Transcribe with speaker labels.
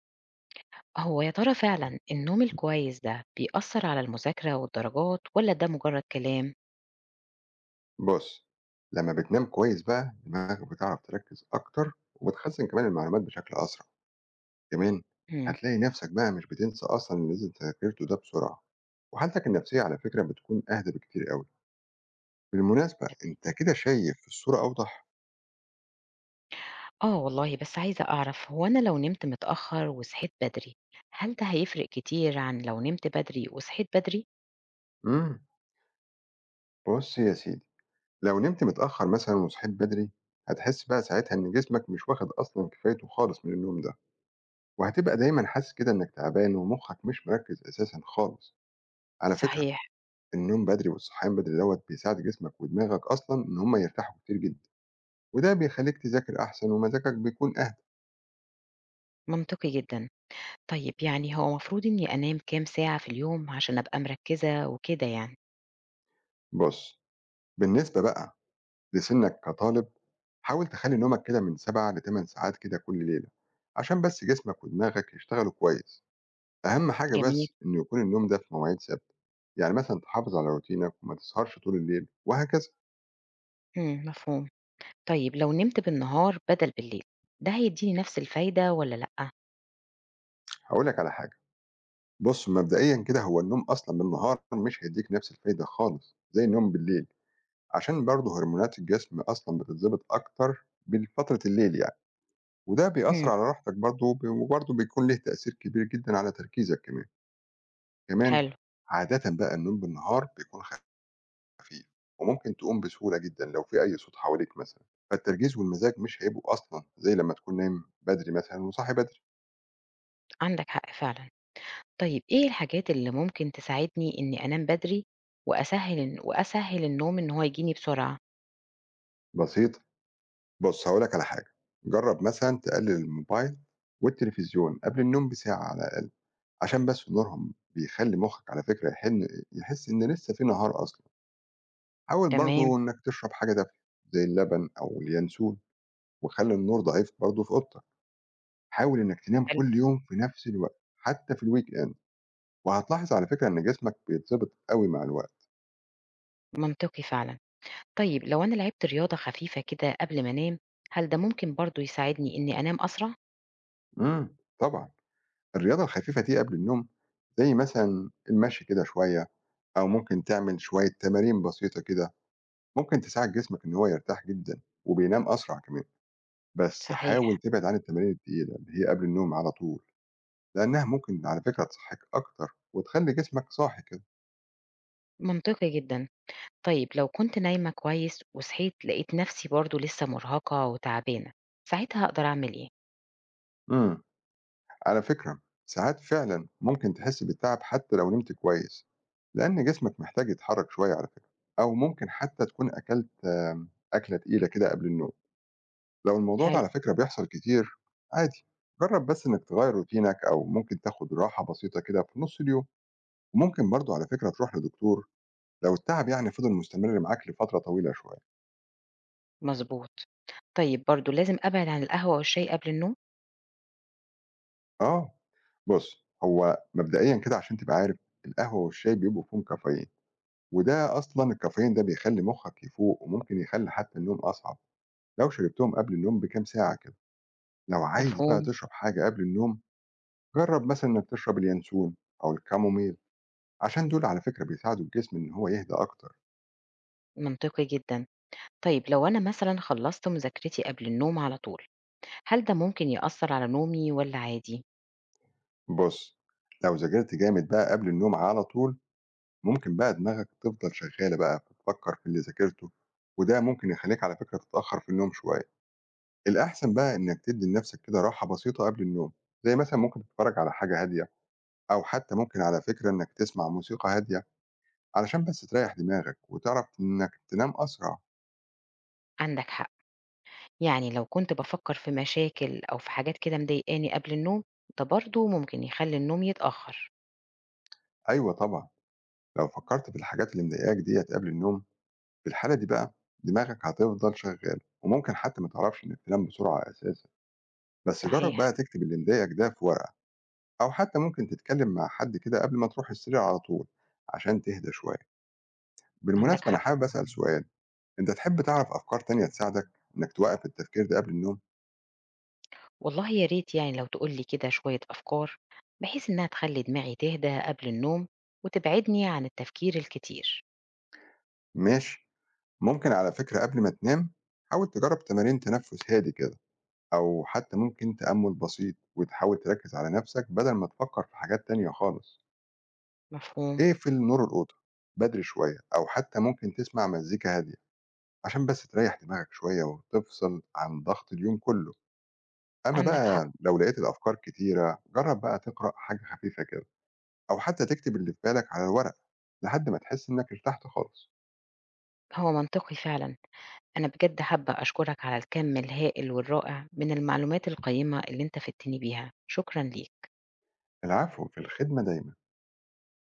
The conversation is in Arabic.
Speaker 1: هو يا ترى فعلا النوم الكويس ده بيأثر على المذاكرة والدرجات ولا ده مجرد كلام؟
Speaker 2: بُص، لمّا بتنام كويس بقى دماغك بتعرف تركّز أكتر وبتخزّن كمان المعلومات بشكل أسرع، كمان
Speaker 1: مم.
Speaker 2: هتلاقي نَفْسك بقى مش بتنسى أصلًا اللي أنت ذاكرته ده بسرعة، وحالتك النفسية على فكرة بتكون أهدى بكتير أوي، بالمناسبة أنت كده شايف الصورة أوضح؟
Speaker 1: آه والله بس عايزة أعرف هو أنا لو نمت متأخر وصحيت بدري هل ده هيفرق كتير عن لو نمت بدري وصحيت بدري؟
Speaker 2: إمم، بُص يا سيدي، لو نمت متأخّر مثلًا وصحيت بدري، هتحس بقى ساعتها إن جسمك مش واخد أصلًا كفايته خالص من النوم ده، وهتبقى دايمًا حاسس كده إنك تعبان ومُخّك مش مركّز أساسًا خالص، على فكرة
Speaker 1: صحيح.
Speaker 2: النوم بدري والصحيان بدري دوّة بيساعد جسمك ودماغك أصلًا إن هم يرتاحوا كتير جدًا، وده بيخلّيك تذاكر أحسن ومزاجك بيكون أهدى.
Speaker 1: منطقي جدا. طيب يعني هو مفروض إني أنام كام ساعة في اليوم عشان أبقى مركزة وكده يعني.
Speaker 2: بُص، بالنسبة بقى لسِنّك كطالب، حاول تخلّي نومك كده من 7 ل8 ساعات كده كل ليلة، عشان بس جسمك ودماغك يشتغلوا كويس. أهم حاجة
Speaker 1: جميل.
Speaker 2: بس إنه يكون النوم ده في مواعيد ثابتة، يعني مثلًا تحافظ على روتينك وما تسهرش طول الليل وهكذا.
Speaker 1: مم، مفهوم. طيب لو نمت بالنهار بدل بالليل ده هيديني نفس الفايدة ولا لأ؟
Speaker 2: هاقول لك على حاجة، بُص مبدئيًا كده هو النوم أصلًا بالنهار مش هيدّيك نفس الفايدة خالص زي النوم بالليل. عشان برضه هرمونات الجسم أصلًا بتتضبط أكتر بالفترة الليل يعني، وده بيأثّر
Speaker 1: مم.
Speaker 2: على راحتك برضه ب وبرضه بيكون ليه تأثير كبير جدًا على تركيزك كمان، كمان
Speaker 1: حلو.
Speaker 2: عادةً بقى النوم بالنهار بيكون خفيف وممكن تقوم بسهولة جدًا لو في أي صوت حواليك مثلًا، فالتركيز والمزاج مش هيبقوا أصلًا زي لمّا تكون نايم بدري مثلًا وصاحي بدري،
Speaker 1: عندك حق فعلا. طيب إيه الحاجات اللي ممكن تساعدني إني أنام بدري وأسهّل النوم إن هو يجيني بسرعة؟
Speaker 2: بسيطة. بُص هاقول لك على حاجة، جرّب مثلًا تقلل الموبايل والتلفزيون قبل النوم بساعة على الأقل. عشان بس نورهم بيخلّي مُخّك على فكرة يحس إن لسه في نهار أصلًا. حاول
Speaker 1: تمام،
Speaker 2: برضه إنّك تشرب حاجة دافية زي اللبن أو اليانسون وخلّي النور ضعيف برضه في أوضتك. حاول إنّك تنام
Speaker 1: حلو،
Speaker 2: كل يوم في نفس الوقت حتى في الweekend وهتلاحظ على فكرة إن جسمك بيتضبط أوي مع الوقت.
Speaker 1: منطقي فعلًا. طيب لو أنا لعبت رياضة خفيفة كده قبل ما أنام، هل ده ممكن برضه يساعدني إني أنام أسرع؟
Speaker 2: طبعًا. الرياضة الخفيفة دي قبل النوم زي مثلًا المشي كده شوية أو ممكن تعمل شوية تمارين بسيطة كده، ممكن تساعد جسمك إن هو يرتاح جدًا وبينام أسرع كمان. بس حاول
Speaker 1: صحيح،
Speaker 2: تبعد عن التمارين التقيلة اللي هي قبل النوم على طول، لأنها ممكن على فكرة تصحيك أكتر وتخلّي جسمك صاحي كده.
Speaker 1: منطقي جدًا. طيب لو كنت نايمة كويس وصحيت لقيت نفسي برضه لسه مرهقة وتعبانة، ساعتها أقدر أعمل إيه؟
Speaker 2: امم. على فكرة ساعات فعلًا ممكن تحس بالتعب حتى لو نمت كويس، لأن جسمك محتاج يتحرك شوية على فكرة، أو ممكن حتى تكون أكلت أكلة تقيلة كده قبل النوم. لو الموضوع ده
Speaker 1: حلو،
Speaker 2: على فكرة بيحصل كتير عادي، جرب بس إنك تغيّر روتينك أو ممكن تاخد راحة بسيطة كده في نُص اليوم، وممكن برضه على فكرة تروح لدكتور لو التعب يعني فضل مستمر معاك لفترة طويلة شوية.
Speaker 1: مضبوط. طيب برضه لازم أبعد عن القهوة والشاي قبل النوم؟
Speaker 2: آه، بُص، هو مبدئيًا كده عشان تبقى عارف، القهوة والشاي بيبقوا فيهم كافيين، وده أصلًا الكافيين ده بيخلّي مخّك يفوق وممكن يخلّي حتى النوم أصعب، لو شربتهم قبل النوم بكام ساعة كده. لو عايز بقى
Speaker 1: مفهوم،
Speaker 2: تشرب حاجة قبل النوم، جرّب مثلًا إنّك تشرب اليانسون أو الكاموميل، عشان دول على فكرة بيساعدوا الجسم إن هو يهدى أكتر.
Speaker 1: منطقي جدًا. طيب لو أنا مثلًا خلّصت مذاكرتي قبل النوم على طول، هل ده ممكن يأثّر على نومي والّا عادي؟
Speaker 2: بُص، لو ذاكرت جامد بقى قبل النوم على طول، ممكن بقى دماغك تفضل شغّالة بقى بتفكّر في اللي ذاكرته، وده ممكن يخلّيك على فكرة تتأخّر في النوم شوية. الأحسن بقى إنك تدّي لنفسك كده راحة بسيطة قبل النوم، زي مثلًا ممكن تتفرّج على حاجة هادية، أو حتى ممكن على فكرة إنك تسمع موسيقى هادية، علشان بس تريّح دماغك وتعرف إنك تنام أسرع.
Speaker 1: عندك حق، يعني لو كنت بافكّر في مشاكل أو في حاجات كده مضايقاني قبل النوم، ده برضه ممكن يخلّي النوم يتأخّر.
Speaker 2: أيوه طبعًا، لو فكّرت في الحاجات اللي مضايقاك ديّة قبل النوم، في الحالة دي بقى دماغك هتفضل شغّالة، وممكن حتى ما تعرفش إنك تنام بسرعة أساسًا. بس جرّب
Speaker 1: صحيح،
Speaker 2: بقى تكتب اللي مضايقك ده في ورقة، أو حتى ممكن تتكلّم مع حد كده قبل ما تروح السرير على طول، عشان تهدى شوية.
Speaker 1: عندك
Speaker 2: بالمناسبة أنا
Speaker 1: حق.
Speaker 2: حابب أسأل سؤال، أنت تحب تعرف أفكار تانية تساعدك إنك توقف التفكير ده قبل النوم؟
Speaker 1: والله يا ريت يعني لو تقول لي كده شوية أفكار، بحيث إنها تخلّي دماغي تهدى قبل النوم وتبعدني عن التفكير الكتير.
Speaker 2: ماشي، ممكن على فكرة قبل ما تنام حاول تجرب تمارين تنفس هادي كده أو حتى ممكن تأمل بسيط وتحاول تركز على نفسك بدل ما تفكر في حاجات تانية خالص
Speaker 1: مفهوم،
Speaker 2: اقفل نور الأوضة بدري شوية أو حتى ممكن تسمع مزيكا هادية عشان بس تريح دماغك شوية وتفصل عن ضغط اليوم كله أما
Speaker 1: عندك حق،
Speaker 2: بقى لو لقيت الأفكار كتيرة جرب بقى تقرأ حاجة خفيفة كده أو حتى تكتب اللي في بالك على ورق لحد ما تحس إنك ارتحت خالص
Speaker 1: هو منطقي فعلًا. أنا بجد حابة أشكرك على الكم الهائل والرائع من المعلومات القيمة اللي أنت فدتني بيها، شكرًا ليك.
Speaker 2: العفو في الخدمة دايما